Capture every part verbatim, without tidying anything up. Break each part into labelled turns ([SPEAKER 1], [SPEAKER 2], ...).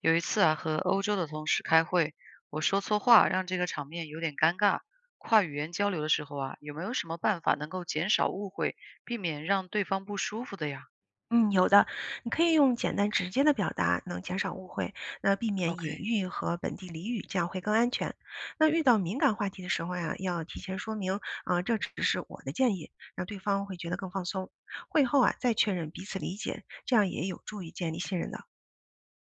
[SPEAKER 1] 有一次啊，和欧洲的同事开会，我说错话，让这个场面有点尴尬。跨语言交流的时候啊，有没有什么办法能够减少误会，避免让对方不舒服的呀
[SPEAKER 2] 嗯，有的，你可以用简单直接的表达，能减少误会，那避免隐
[SPEAKER 1] ？OK，
[SPEAKER 2] 喻和本地俚语，这样会更安全。那遇到敏感话题的时候呀，要提前说明，啊、这只是我的建议，让对方会觉得更放松。会后啊，再确认彼此理解，这样也有助于建立信任的。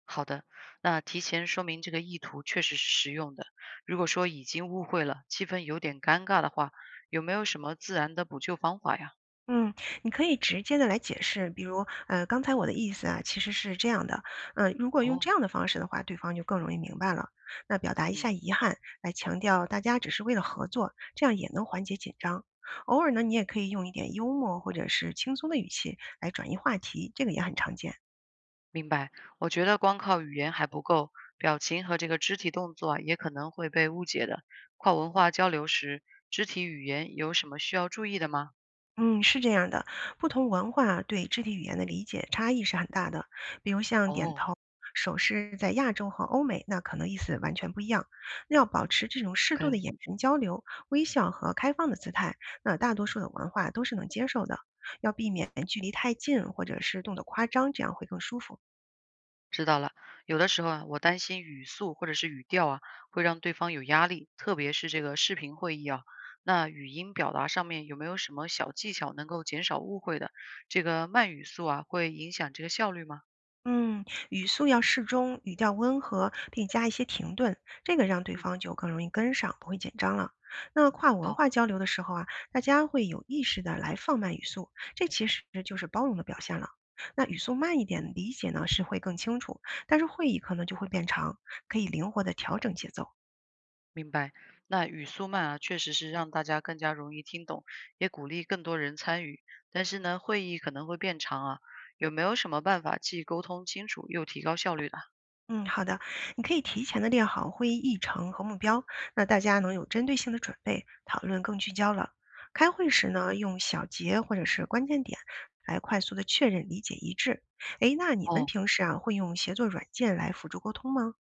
[SPEAKER 1] 好的，那提前说明这个意图确实是实用的。如果说已经误会了，气氛有点尴尬的话，有没有什么自然的补救方法呀？
[SPEAKER 2] 嗯，你可以直接的来解释，比如，呃，刚才我的意思啊，其实是这样的，嗯，如果用
[SPEAKER 1] 哦，
[SPEAKER 2] 这样的方式的话，对方就更容易明白了。那表达一
[SPEAKER 1] 嗯。
[SPEAKER 2] 下遗憾，来强调大家只是为了合作，这样也能缓解紧张。偶尔呢，你也可以用一点幽默或者是轻松的语气来转移话题，这个也很常见。
[SPEAKER 1] 明白，我觉得光靠语言还不够，表情和这个肢体动作啊，也可能会被误解的。跨文化交流时，肢体语言有什么需要注意的吗？
[SPEAKER 2] 嗯，是这样的，不同文化对肢体语言的理解差异是很大的。比如像点
[SPEAKER 1] 哦
[SPEAKER 2] 头、手势，在亚洲和欧美，那可能意思完全不一样。那要保持这种适度的
[SPEAKER 1] ，OK，
[SPEAKER 2] 眼神交流、微笑和开放的姿态，那大多数的文化都是能接受的。要避免距离太近，或者是动得夸张，这样会更舒服。
[SPEAKER 1] 知道了。有的时候啊，我担心语速或者是语调啊，会让对方有压力，特别是这个视频会议啊。那语音表达上面有没有什么小技巧能够减少误会的？这个慢语速啊，会影响这个效率吗？
[SPEAKER 2] 嗯，语速要适中，语调温和，并加一些停顿，这个让对
[SPEAKER 1] 嗯，
[SPEAKER 2] 方就更容易跟上，不会紧张了。那跨文
[SPEAKER 1] 好。
[SPEAKER 2] 化交流的时候啊，大家会有意识的来放慢语速，这其实就是包容的表现了。那语速慢一点，理解呢是会更清楚，但是会议可能就会变长，可以灵活的调整节奏。
[SPEAKER 1] 明白，那语速慢啊，确实是让大家更加容易听懂，也鼓励更多人参与。但是呢，会议可能会变长啊，有没有什么办法既沟通清楚又提高效率的啊？
[SPEAKER 2] 嗯，好的，你可以提前的列好会议议程和目标，那大家能有针对性的准备，讨论更聚焦了。开会时
[SPEAKER 1] 嗯，
[SPEAKER 2] 呢，用小结或者是关键点来快速的确认理解一致。诶，那你们
[SPEAKER 1] 哦，
[SPEAKER 2] 平时啊会用协作软件来辅助沟通吗？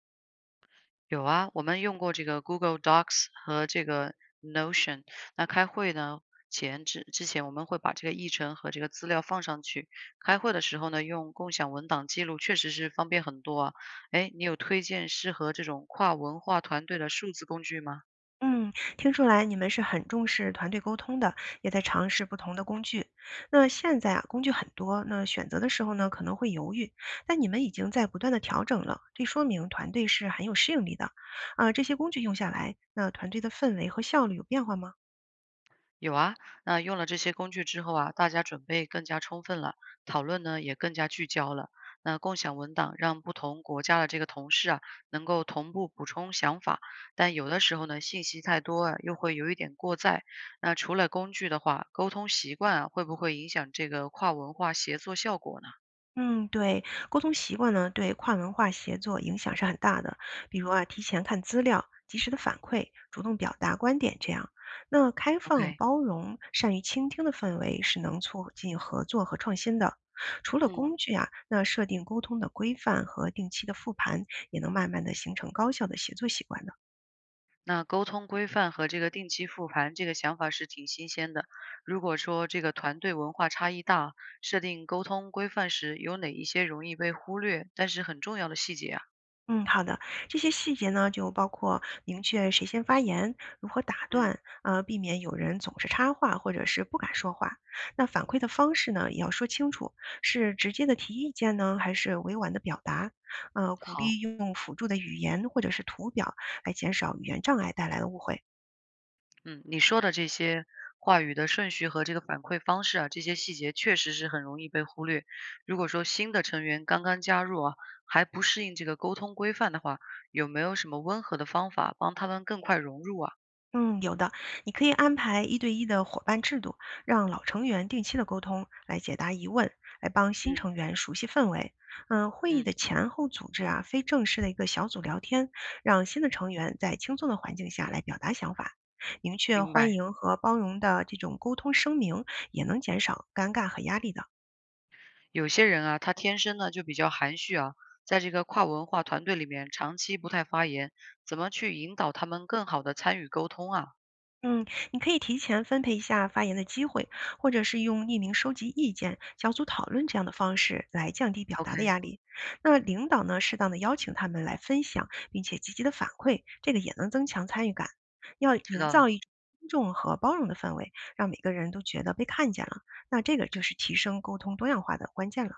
[SPEAKER 1] 有啊，我们用过这个 Google Docs 和这个 Notion。那开会呢前之之前，我们会把这个议程和这个资料放上去。开会的时候呢，用共享文档记录，确实是方便很多啊。哎，你有推荐适合这种跨文化团队的数字工具吗？
[SPEAKER 2] 嗯，听出来你们是很重视团队沟通的，也在尝试不同的工具。那现在啊，工具很多，那选择的时候呢，可能会犹豫，但你们已经在不断的调整了，这说明团队是很有适应力的。啊、这些工具用下来，那团队的氛围和效率有变化吗？
[SPEAKER 1] 有啊，那用了这些工具之后啊，大家准备更加充分了，讨论呢也更加聚焦了。那共享文档让不同国家的这个同事啊，能够同步补充想法，但有的时候呢，信息太多啊，又会有一点过载。那除了工具的话，沟通习惯啊，会不会影响这个跨文化协作效果呢
[SPEAKER 2] 嗯，对，沟通习惯呢，对跨文化协作影响是很大的。比如啊，提前看资料，及时的反馈，主动表达观点，这样，那开放、
[SPEAKER 1] ？OK，
[SPEAKER 2] 包容、善于倾听的氛围是能促进合作和创新的。除了
[SPEAKER 1] 嗯。
[SPEAKER 2] 工具啊，那设定沟通的规范和定期的复盘，也能慢慢的形成高效的协作习惯的。
[SPEAKER 1] 那沟通规范和这个定期复盘这个想法是挺新鲜的。如果说这个团队文化差异大，设定沟通规范时有哪一些容易被忽略，但是很重要的细节啊？
[SPEAKER 2] 嗯，好的。这些细节呢，就包括明确谁先发言，如何打
[SPEAKER 1] 嗯，
[SPEAKER 2] 断，呃，避免有人总是插话或者是不敢说话。那反馈的
[SPEAKER 1] 嗯，
[SPEAKER 2] 方式呢，也要说清楚，是直接的提意见呢，还是委婉的表达？呃，鼓励
[SPEAKER 1] 好，
[SPEAKER 2] 用辅助的语言或者是图表来减少语言障碍带来的误会。
[SPEAKER 1] 嗯，你说的这些话语的顺序和这个反馈方式啊，这些细节确实是很容易被忽略。如果说新的成员刚刚加入啊，还不适应这个沟通规范的话，有没有什么温和的方法帮他们更快融入啊？
[SPEAKER 2] 嗯，有的，你可以安排一对一的伙伴制度，让老成员定期的沟通，来解答疑问，来帮新
[SPEAKER 1] 嗯
[SPEAKER 2] 成员熟悉氛围。嗯，会议
[SPEAKER 1] 嗯，
[SPEAKER 2] 的前后组织啊，非正式的一个小组聊天，让新的成员在轻松的环境下来表达想法。明确
[SPEAKER 1] 明
[SPEAKER 2] 欢
[SPEAKER 1] 白。
[SPEAKER 2] 迎和包容的这种沟通声明，也能减少尴尬和压力的。
[SPEAKER 1] 有些人啊，他天生呢就比较含蓄啊，在这个跨文化团队里面长期不太发言，怎么去引导他们更好的参与沟通啊
[SPEAKER 2] 嗯，你可以提前分配一下发言的机会，或者是用匿名收集意见、小组讨论这样的方式来降低表达的
[SPEAKER 1] ？OK，
[SPEAKER 2] 压力。那领导呢，适当的邀请他们来分享，并且积极的反馈，这个也能增强参与感。要
[SPEAKER 1] 知
[SPEAKER 2] 营
[SPEAKER 1] 道
[SPEAKER 2] 造
[SPEAKER 1] 了。
[SPEAKER 2] 一种尊重和包容的氛围，让每个人都觉得被看见了。那这个就是提升沟通多样化的关键了。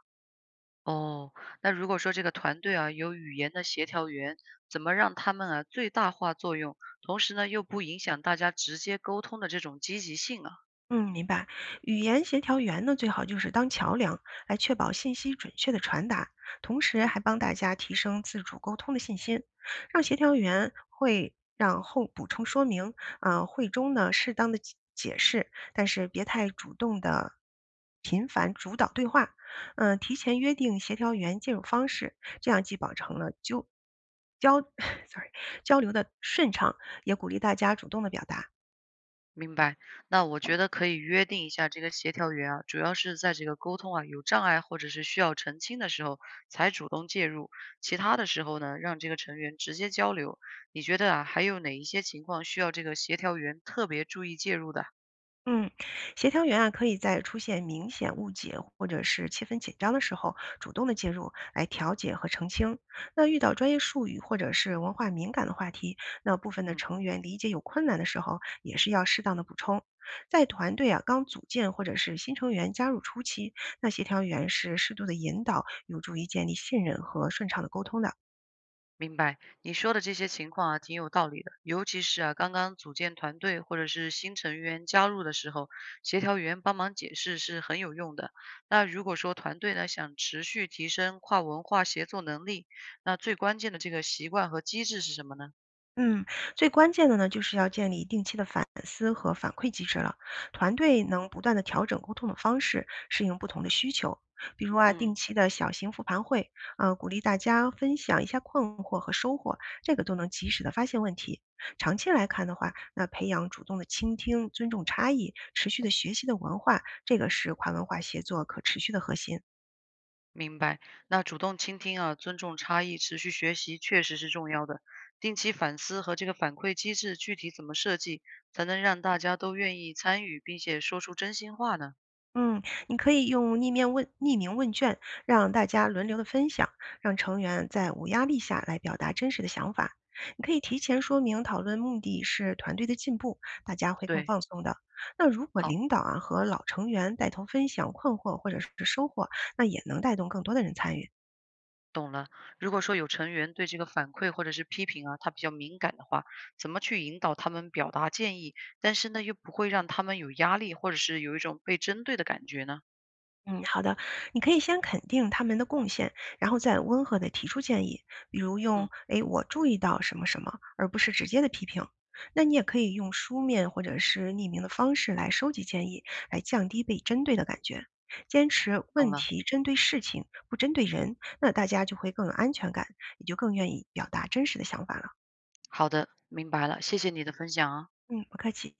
[SPEAKER 1] 哦，那如果说这个团队啊有语言的协调员，怎么让他们啊最大化作用，同时呢又不影响大家直接沟通的这种积极性啊？
[SPEAKER 2] 嗯，明白。语言协调员呢，最好就是当桥梁，来确保信息准确的传达，同时还
[SPEAKER 1] 嗯。
[SPEAKER 2] 帮大家提升自主沟通的信心，让协调员会让后补充说明，啊、会中呢适当的解解释，但是别太主动的频繁主导对话，嗯、提前约定协调员介入方式，这样既保证了就交 ，sorry 交流的顺畅，也鼓励大家主动的表达。
[SPEAKER 1] 明白，那我觉得可以约定一下这个协调员啊，主要是在这个沟通啊有障碍或者是需要澄清的时候才主动介入，其他的时候呢，让这个成员直接交流。你觉得啊，还有哪一些情况需要这个协调员特别注意介入的？
[SPEAKER 2] 嗯，协调员啊，可以在出现明显误解或者是气氛紧张的时候，主动的介入来调解和澄清。那遇到专业术语或者是文化敏感的话题，那部分的
[SPEAKER 1] 嗯。
[SPEAKER 2] 成员理解有困难的时候，也是要适当的补充。在团队啊刚组建或者是新成员加入初期，那协调员是适度的引导，有助于建立信任和顺畅的沟通的。
[SPEAKER 1] 明白，你说的这些情况啊，挺有道理的。尤其是啊，刚刚组建团队或者是新成员加入的时候，协调员帮忙解释是很有用的。那如果说团队呢想持续提升跨文化协作能力，那最关键的这个习惯和机制是什么呢？
[SPEAKER 2] 嗯，最关键的呢，就是要建立定期的反思和反馈机制了。团队能不断的调整沟通的方式，适应不同的需求。比如啊，定
[SPEAKER 1] 嗯，
[SPEAKER 2] 期的小型复盘会，呃，鼓励大家分享一下困惑和收获，这个都能及时的发现问题。长期来看的话，那培养主动的倾听、尊重差异、持续的学习的文化，这个是跨文化协作可持续的核心。
[SPEAKER 1] 明白。那主动倾听啊，尊重差异，持续学习确实是重要的。定期反思和这个反馈机制具体怎么设计，才能让大家都愿意参与，并且说出真心话呢？
[SPEAKER 2] 嗯，你可以用匿名问匿名问卷，让大家轮流的分享，让成员在无压力下来表达真实的想法。你可以提前说明讨论目的是团队的进步，大家会更
[SPEAKER 1] 对。
[SPEAKER 2] 放松的。那如果
[SPEAKER 1] 好。
[SPEAKER 2] 领导啊和老成员带头分享困惑或者是收获，那也能带动更多的人参与。
[SPEAKER 1] 懂了。如果说有成员对这个反馈或者是批评啊，他比较敏感的话，怎么去引导他们表达建议，但是呢，又不会让他们有压力，或者是有一种被针对的感觉呢？
[SPEAKER 2] 嗯，好的，你可以先肯定他们的贡献，然后再温和的提出建议，比如用
[SPEAKER 1] 嗯，
[SPEAKER 2] “诶，我注意到什么什么"，而不是直接的批评。那你也可以用书面或者是匿名的方式来收集建议，来降低被针对的感觉。坚持
[SPEAKER 1] 懂
[SPEAKER 2] 问
[SPEAKER 1] 了。
[SPEAKER 2] 题针对事情，不针对人，那大家就会更有安全感，也就更愿意表达真实的想法了。
[SPEAKER 1] 好的，明白了，谢谢你的分享啊。
[SPEAKER 2] 嗯，不客气。